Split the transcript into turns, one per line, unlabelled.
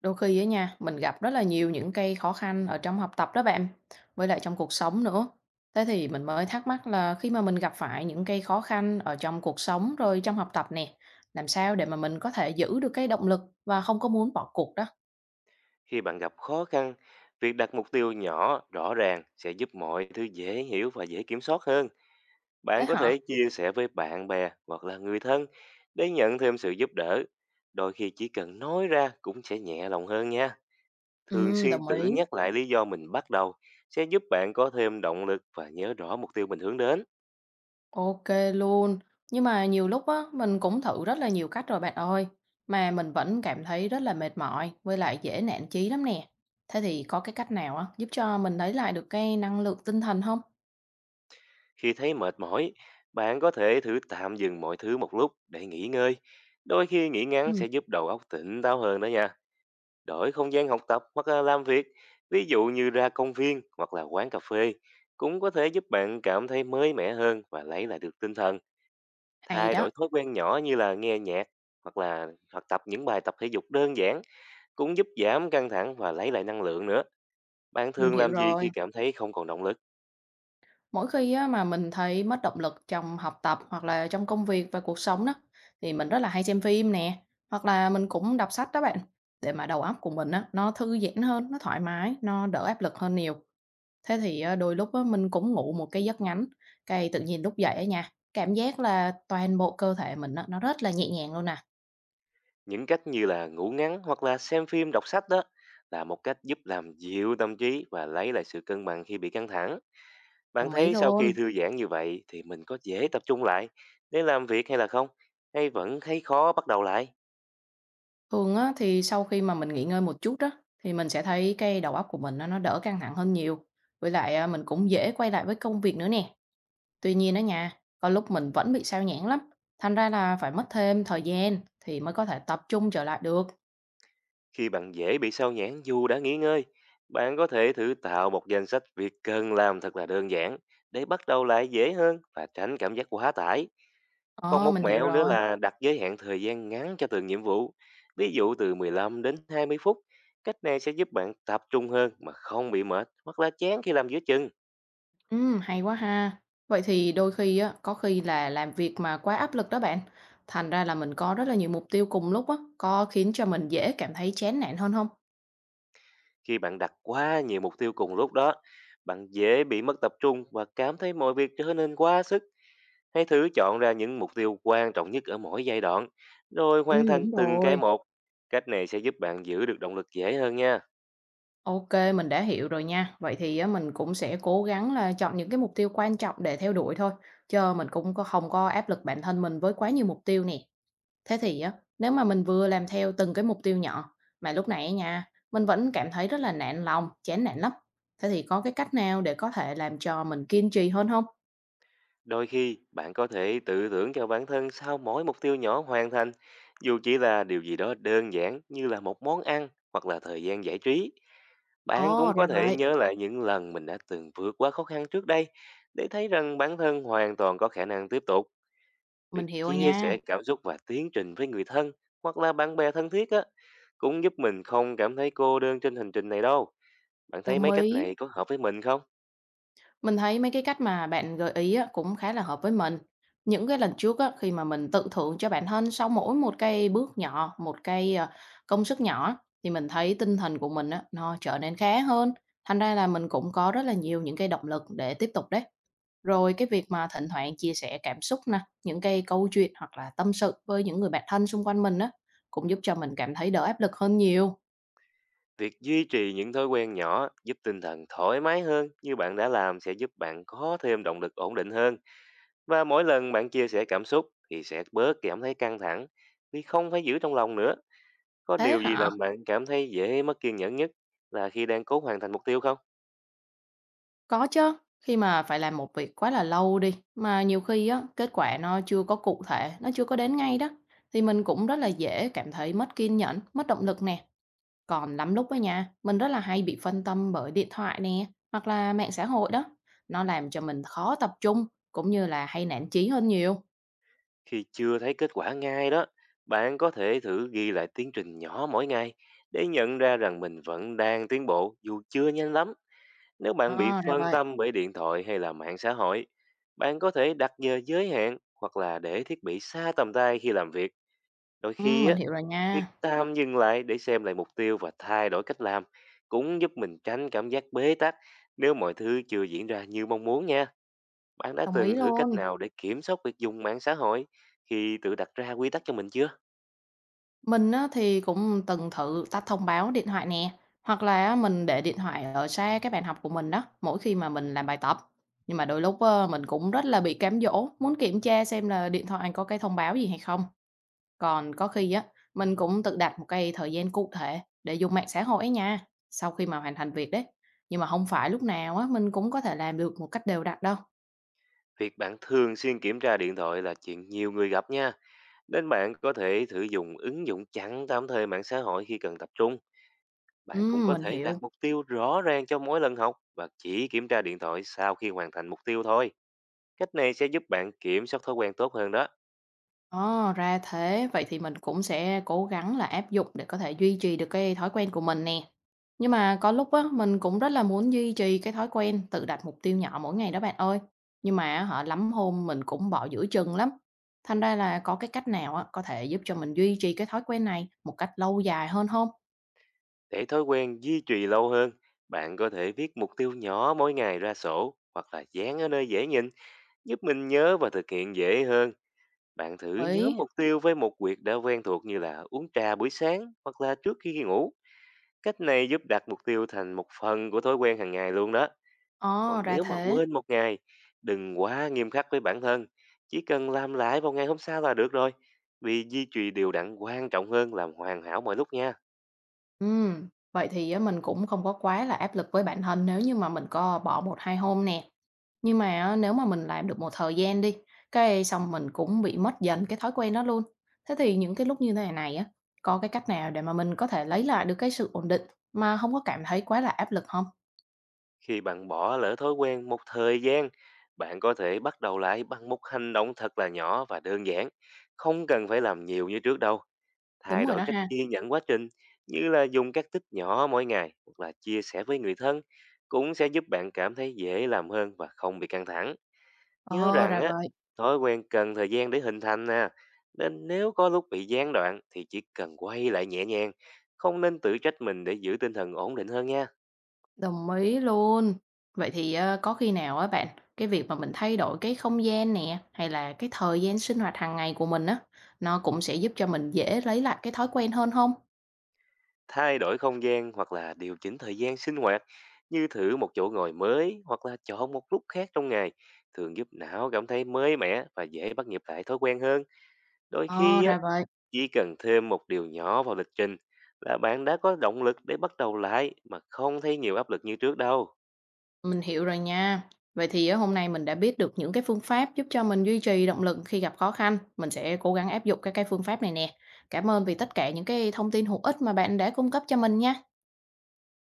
Đôi khi á nha, mình gặp rất là nhiều những cái khó khăn ở trong học tập đó bạn, với lại trong cuộc sống nữa. Thế thì mình mới thắc mắc là khi mà mình gặp phải những cái khó khăn ở trong cuộc sống rồi trong học tập nè, làm sao để mà mình có thể giữ được cái động lực và không có muốn bỏ cuộc đó.
Khi bạn gặp khó khăn, việc đặt mục tiêu nhỏ, rõ ràng sẽ giúp mọi thứ dễ hiểu và dễ kiểm soát hơn.
Thế
Bạn có
hả?
thể chia sẻ với bạn bè hoặc là người thân để nhận thêm sự giúp đỡ. Đôi khi chỉ cần nói ra cũng sẽ nhẹ lòng hơn nha. Thường
Ừ,
xuyên
đồng
tự
ý.
nhắc lại lý do mình bắt đầu sẽ giúp bạn có thêm động lực và nhớ rõ mục tiêu mình hướng đến.
Ok luôn. Nhưng mà nhiều lúc á, mình cũng thử rất là nhiều cách rồi bạn ơi, mà mình vẫn cảm thấy rất là mệt mỏi với lại dễ nản chí lắm nè. Thế thì có cái cách nào á, giúp cho mình lấy lại được cái năng lượng tinh thần không?
Khi thấy mệt mỏi, bạn có thể thử tạm dừng mọi thứ một lúc để nghỉ ngơi. Đôi khi nghỉ ngắn
Ừm,
sẽ giúp đầu óc tỉnh táo hơn đó nha. Đổi không gian học tập hoặc là làm việc, ví dụ như ra công viên hoặc là quán cà phê, cũng có thể giúp bạn cảm thấy mới mẻ hơn và lấy lại được tinh thần.
hay
Thay
đó,
đổi thói quen nhỏ như là nghe nhạc hoặc tập những bài tập thể dục đơn giản cũng giúp giảm căng thẳng và lấy lại năng lượng nữa. Bạn
mình
thường
hiểu
làm gì khi
rồi.
cảm thấy không còn động lực?
Mỗi khi á mà mình thấy mất động lực trong học tập hoặc là trong công việc và cuộc sống đó, thì mình rất là hay xem phim nè, hoặc là mình cũng đọc sách đó bạn, để mà đầu óc của mình á, nó thư giãn hơn, nó thoải mái, nó đỡ áp lực hơn nhiều. Thế thì á, đôi lúc á, mình cũng ngủ một cái giấc ngắn, cái tự nhiên lúc dậy á nha, cảm giác là toàn bộ cơ thể mình á, nó rất là nhẹ nhàng luôn nè,
Những cách như là ngủ ngắn hoặc là xem phim, đọc sách đó là một cách giúp làm dịu tâm trí và lấy lại sự cân bằng khi bị căng thẳng. Bạn
đồng ý
thấy sau
luôn.
khi thư giãn như vậy thì mình có dễ tập trung lại để làm việc hay là không? Hay vẫn thấy khó bắt đầu lại?
Thường á, thì sau khi mà mình nghỉ ngơi một chút đó, thì mình sẽ thấy cái đầu óc của mình á, nó đỡ căng thẳng hơn nhiều. Với lại à, mình cũng dễ quay lại với công việc nữa nè. Tuy nhiên đó nha, có lúc mình vẫn bị sao nhãng lắm. Thành ra là phải mất thêm thời gian thì mới có thể tập trung trở lại được.
Khi bạn dễ bị sao nhãng dù đã nghỉ ngơi, bạn có thể thử tạo một danh sách việc cần làm thật là đơn giản để bắt đầu lại dễ hơn và tránh cảm giác quá tải. Còn
Ờ,
một
mình hiểu
mẹo nữa
rồi.
là đặt giới hạn thời gian ngắn cho từng nhiệm vụ, ví dụ từ 15 đến 20 phút. Cách này sẽ giúp bạn tập trung hơn mà không bị mệt hoặc là chán khi làm giữa chừng.
Ừ, hay quá ha. Vậy thì đôi khi á, có khi là làm việc mà quá áp lực đó bạn. Thành ra là mình có rất là nhiều mục tiêu cùng lúc á, có khiến cho mình dễ cảm thấy chán nản hơn không?
Khi bạn đặt quá nhiều mục tiêu cùng lúc đó, bạn dễ bị mất tập trung và cảm thấy mọi việc trở nên quá sức. Hãy thử chọn ra những mục tiêu quan trọng nhất ở mỗi giai đoạn, rồi
Ừ,
hoàn thành
đúng
từng cái
rồi.
một. Cách này sẽ giúp bạn giữ được động lực dễ hơn nha.
OK, mình đã hiểu rồi nha. Vậy thì á mình cũng sẽ cố gắng là chọn những cái mục tiêu quan trọng để theo đuổi thôi, chớ mình cũng có không có áp lực bản thân mình với quá nhiều mục tiêu nè. Thế thì á, nếu mà mình vừa làm theo từng cái mục tiêu nhỏ, mà lúc này á nha, mình vẫn cảm thấy rất là nản lòng, chán nản lắm. Thế thì có cái cách nào để có thể làm cho mình kiên trì hơn không?
Đôi khi, bạn có thể tự thưởng cho bản thân sau mỗi mục tiêu nhỏ hoàn thành, dù chỉ là điều gì đó đơn giản như là một món ăn hoặc là thời gian giải trí. Bạn
Ồ,
cũng
ra
có thể
vậy,
nhớ lại những lần mình đã từng vượt qua khó khăn trước đây để thấy rằng bản thân hoàn toàn có khả năng tiếp tục.
mình
Việc
hiểu rồi
chia
nha,
sẻ cảm xúc và tiến trình với người thân hoặc là bạn bè thân thiết á cũng giúp mình không cảm thấy cô đơn trên hành trình này đâu. Bạn thấy
đồng
mấy cách
ý.
này có hợp với mình không?
Mình thấy mấy cái cách mà bạn gợi ý á, cũng khá là hợp với mình. Những cái lần trước á, khi mà mình tự thưởng cho bản thân sau mỗi một cái bước nhỏ, một cái công sức nhỏ thì mình thấy tinh thần của mình á, nó trở nên khá hơn. Thành ra là mình cũng có rất là nhiều những cái động lực để tiếp tục đấy. Rồi cái việc mà thỉnh thoảng chia sẻ cảm xúc nè, những cái câu chuyện hoặc là tâm sự với những người bạn thân xung quanh mình á, cũng giúp cho mình cảm thấy đỡ áp lực hơn nhiều.
Việc duy trì những thói quen nhỏ giúp tinh thần thoải mái hơn như bạn đã làm sẽ giúp bạn có thêm động lực ổn định hơn. Và mỗi lần bạn chia sẻ cảm xúc thì sẽ bớt cảm thấy căng thẳng vì không phải giữ trong lòng nữa. Có
Thế
điều gì
hả?
làm bạn cảm thấy dễ mất kiên nhẫn nhất là khi đang cố hoàn thành mục tiêu không?
Có chứ, khi mà phải làm một việc quá là lâu đi, mà nhiều khi á, kết quả nó chưa có cụ thể, nó chưa có đến ngay đó, thì mình cũng rất là dễ cảm thấy mất kiên nhẫn, mất động lực nè. Còn lắm lúc á nhà mình rất là hay bị phân tâm bởi điện thoại nè, hoặc là mạng xã hội đó. Nó làm cho mình khó tập trung, cũng như là hay nản chí hơn nhiều.
Khi chưa thấy kết quả ngay đó, bạn có thể thử ghi lại tiến trình nhỏ mỗi ngày để nhận ra rằng mình vẫn đang tiến bộ dù chưa nhanh lắm. Nếu bạn bị
À, ra
phân
vậy.
tâm bởi điện thoại hay là mạng xã hội, bạn có thể đặt giờ giới hạn hoặc là để thiết bị xa tầm tay khi làm việc. Đôi
Ừ,
khi
mình
á,
hiểu rồi
việc
nha.
tạm dừng lại để xem lại mục tiêu và thay đổi cách làm cũng giúp mình tránh cảm giác bế tắc nếu mọi thứ chưa diễn ra như mong muốn nha. Bạn đã
Đồng ý
từng thử cách
luôn.
nào để kiểm soát việc dùng mạng xã hội khi tự đặt ra quy tắc cho mình chưa?
Mình á, thì cũng từng thử tắt thông báo điện thoại nè, hoặc là á, mình để điện thoại ở xa cái bàn học của mình đó, mỗi khi mà mình làm bài tập. Nhưng mà đôi lúc á, mình cũng rất là bị cám dỗ, muốn kiểm tra xem là điện thoại có cái thông báo gì hay không. Còn có khi á, mình cũng tự đặt một cái thời gian cụ thể để dùng mạng xã hội ấy nha, sau khi mà hoàn thành việc đấy. Nhưng mà không phải lúc nào á, mình cũng có thể làm được một cách đều đặn đâu.
Việc bạn thường xuyên kiểm tra điện thoại là chuyện nhiều người gặp nha. Nên bạn có thể thử dùng ứng dụng chặn tạm thời mạng xã hội khi cần tập trung.
Ừ,
Bạn cũng có
mình
thể đặt
hiểu.
mục tiêu rõ ràng cho mỗi lần học và chỉ kiểm tra điện thoại sau khi hoàn thành mục tiêu thôi. Cách này sẽ giúp bạn kiểm soát thói quen tốt hơn đó.
Ờ, ra thế, vậy thì mình cũng sẽ cố gắng là áp dụng để có thể duy trì được cái thói quen của mình nè. Nhưng mà có lúc á, mình cũng rất là muốn duy trì cái thói quen tự đặt mục tiêu nhỏ mỗi ngày đó bạn ơi. Nhưng mà họ lắm hôm mình cũng bỏ giữa chừng lắm. Thành ra là có cái cách nào á, có thể giúp cho mình duy trì cái thói quen này một cách lâu dài hơn không?
Để thói quen duy trì lâu hơn, bạn có thể viết mục tiêu nhỏ mỗi ngày ra sổ hoặc là dán ở nơi dễ nhìn, giúp mình nhớ và thực hiện dễ hơn. Bạn thử
Ấy,
nhóm mục tiêu với một việc đã quen thuộc như là uống trà buổi sáng hoặc là trước khi ngủ. Cách này giúp đặt mục tiêu thành một phần của thói quen hàng ngày luôn đó.
ờ,
Còn
ra
nếu mà
thế.
quên một ngày, đừng quá nghiêm khắc với bản thân. Chỉ cần làm lại vào ngày hôm sau là được rồi. Vì duy trì điều đặn quan trọng hơn làm hoàn hảo mọi lúc nha.
Vậy thì á mình cũng không có quá là áp lực với bản thân nếu như mà mình có bỏ một 2 hôm nè. Nhưng mà á nếu mà mình làm được một thời gian đi, cái xong mình cũng bị mất dần cái thói quen đó luôn. Thế thì những cái lúc như thế này á, có cái cách nào để mà mình có thể lấy lại được cái sự ổn định mà không có cảm thấy quá là áp lực không?
Khi bạn bỏ lỡ thói quen một thời gian, bạn có thể bắt đầu lại bằng một hành động thật là nhỏ và đơn giản. Không cần phải làm nhiều như trước đâu.
Đúng
Thay
rồi
đổi
đó
cách
ha.
ghi nhận quá trình như là dùng các tích nhỏ mỗi ngày hoặc là chia sẻ với người thân cũng sẽ giúp bạn cảm thấy dễ làm hơn và không bị căng thẳng. Nhớ
Ờ,
rằng
ra vậy.
Thói quen cần thời gian để hình thành nè, nên nếu có lúc bị gián đoạn thì chỉ cần quay lại nhẹ nhàng, không nên tự trách mình để giữ tinh thần ổn định hơn nha.
Đồng ý luôn. Vậy thì, có khi nào á bạn, cái việc mà mình thay đổi cái không gian nè, hay là cái thời gian sinh hoạt hàng ngày của mình á, nó cũng sẽ giúp cho mình dễ lấy lại cái thói quen hơn không?
Thay đổi không gian hoặc là điều chỉnh thời gian sinh hoạt như thử một chỗ ngồi mới hoặc là chọn một lúc khác trong ngày thường giúp não cảm thấy mới mẻ và dễ bắt nhịp lại thói quen hơn. Đôi
Ờ,
khi á,
ra vậy,
chỉ cần thêm một điều nhỏ vào lịch trình là bạn đã có động lực để bắt đầu lại mà không thấy nhiều áp lực như trước đâu.
mình hiểu rồi nha. Vậy thì á hôm nay mình đã biết được những cái phương pháp giúp cho mình duy trì động lực khi gặp khó khăn, mình sẽ cố gắng áp dụng các cái phương pháp này nè. Cảm ơn vì tất cả những cái thông tin hữu ích mà bạn đã cung cấp cho mình nha.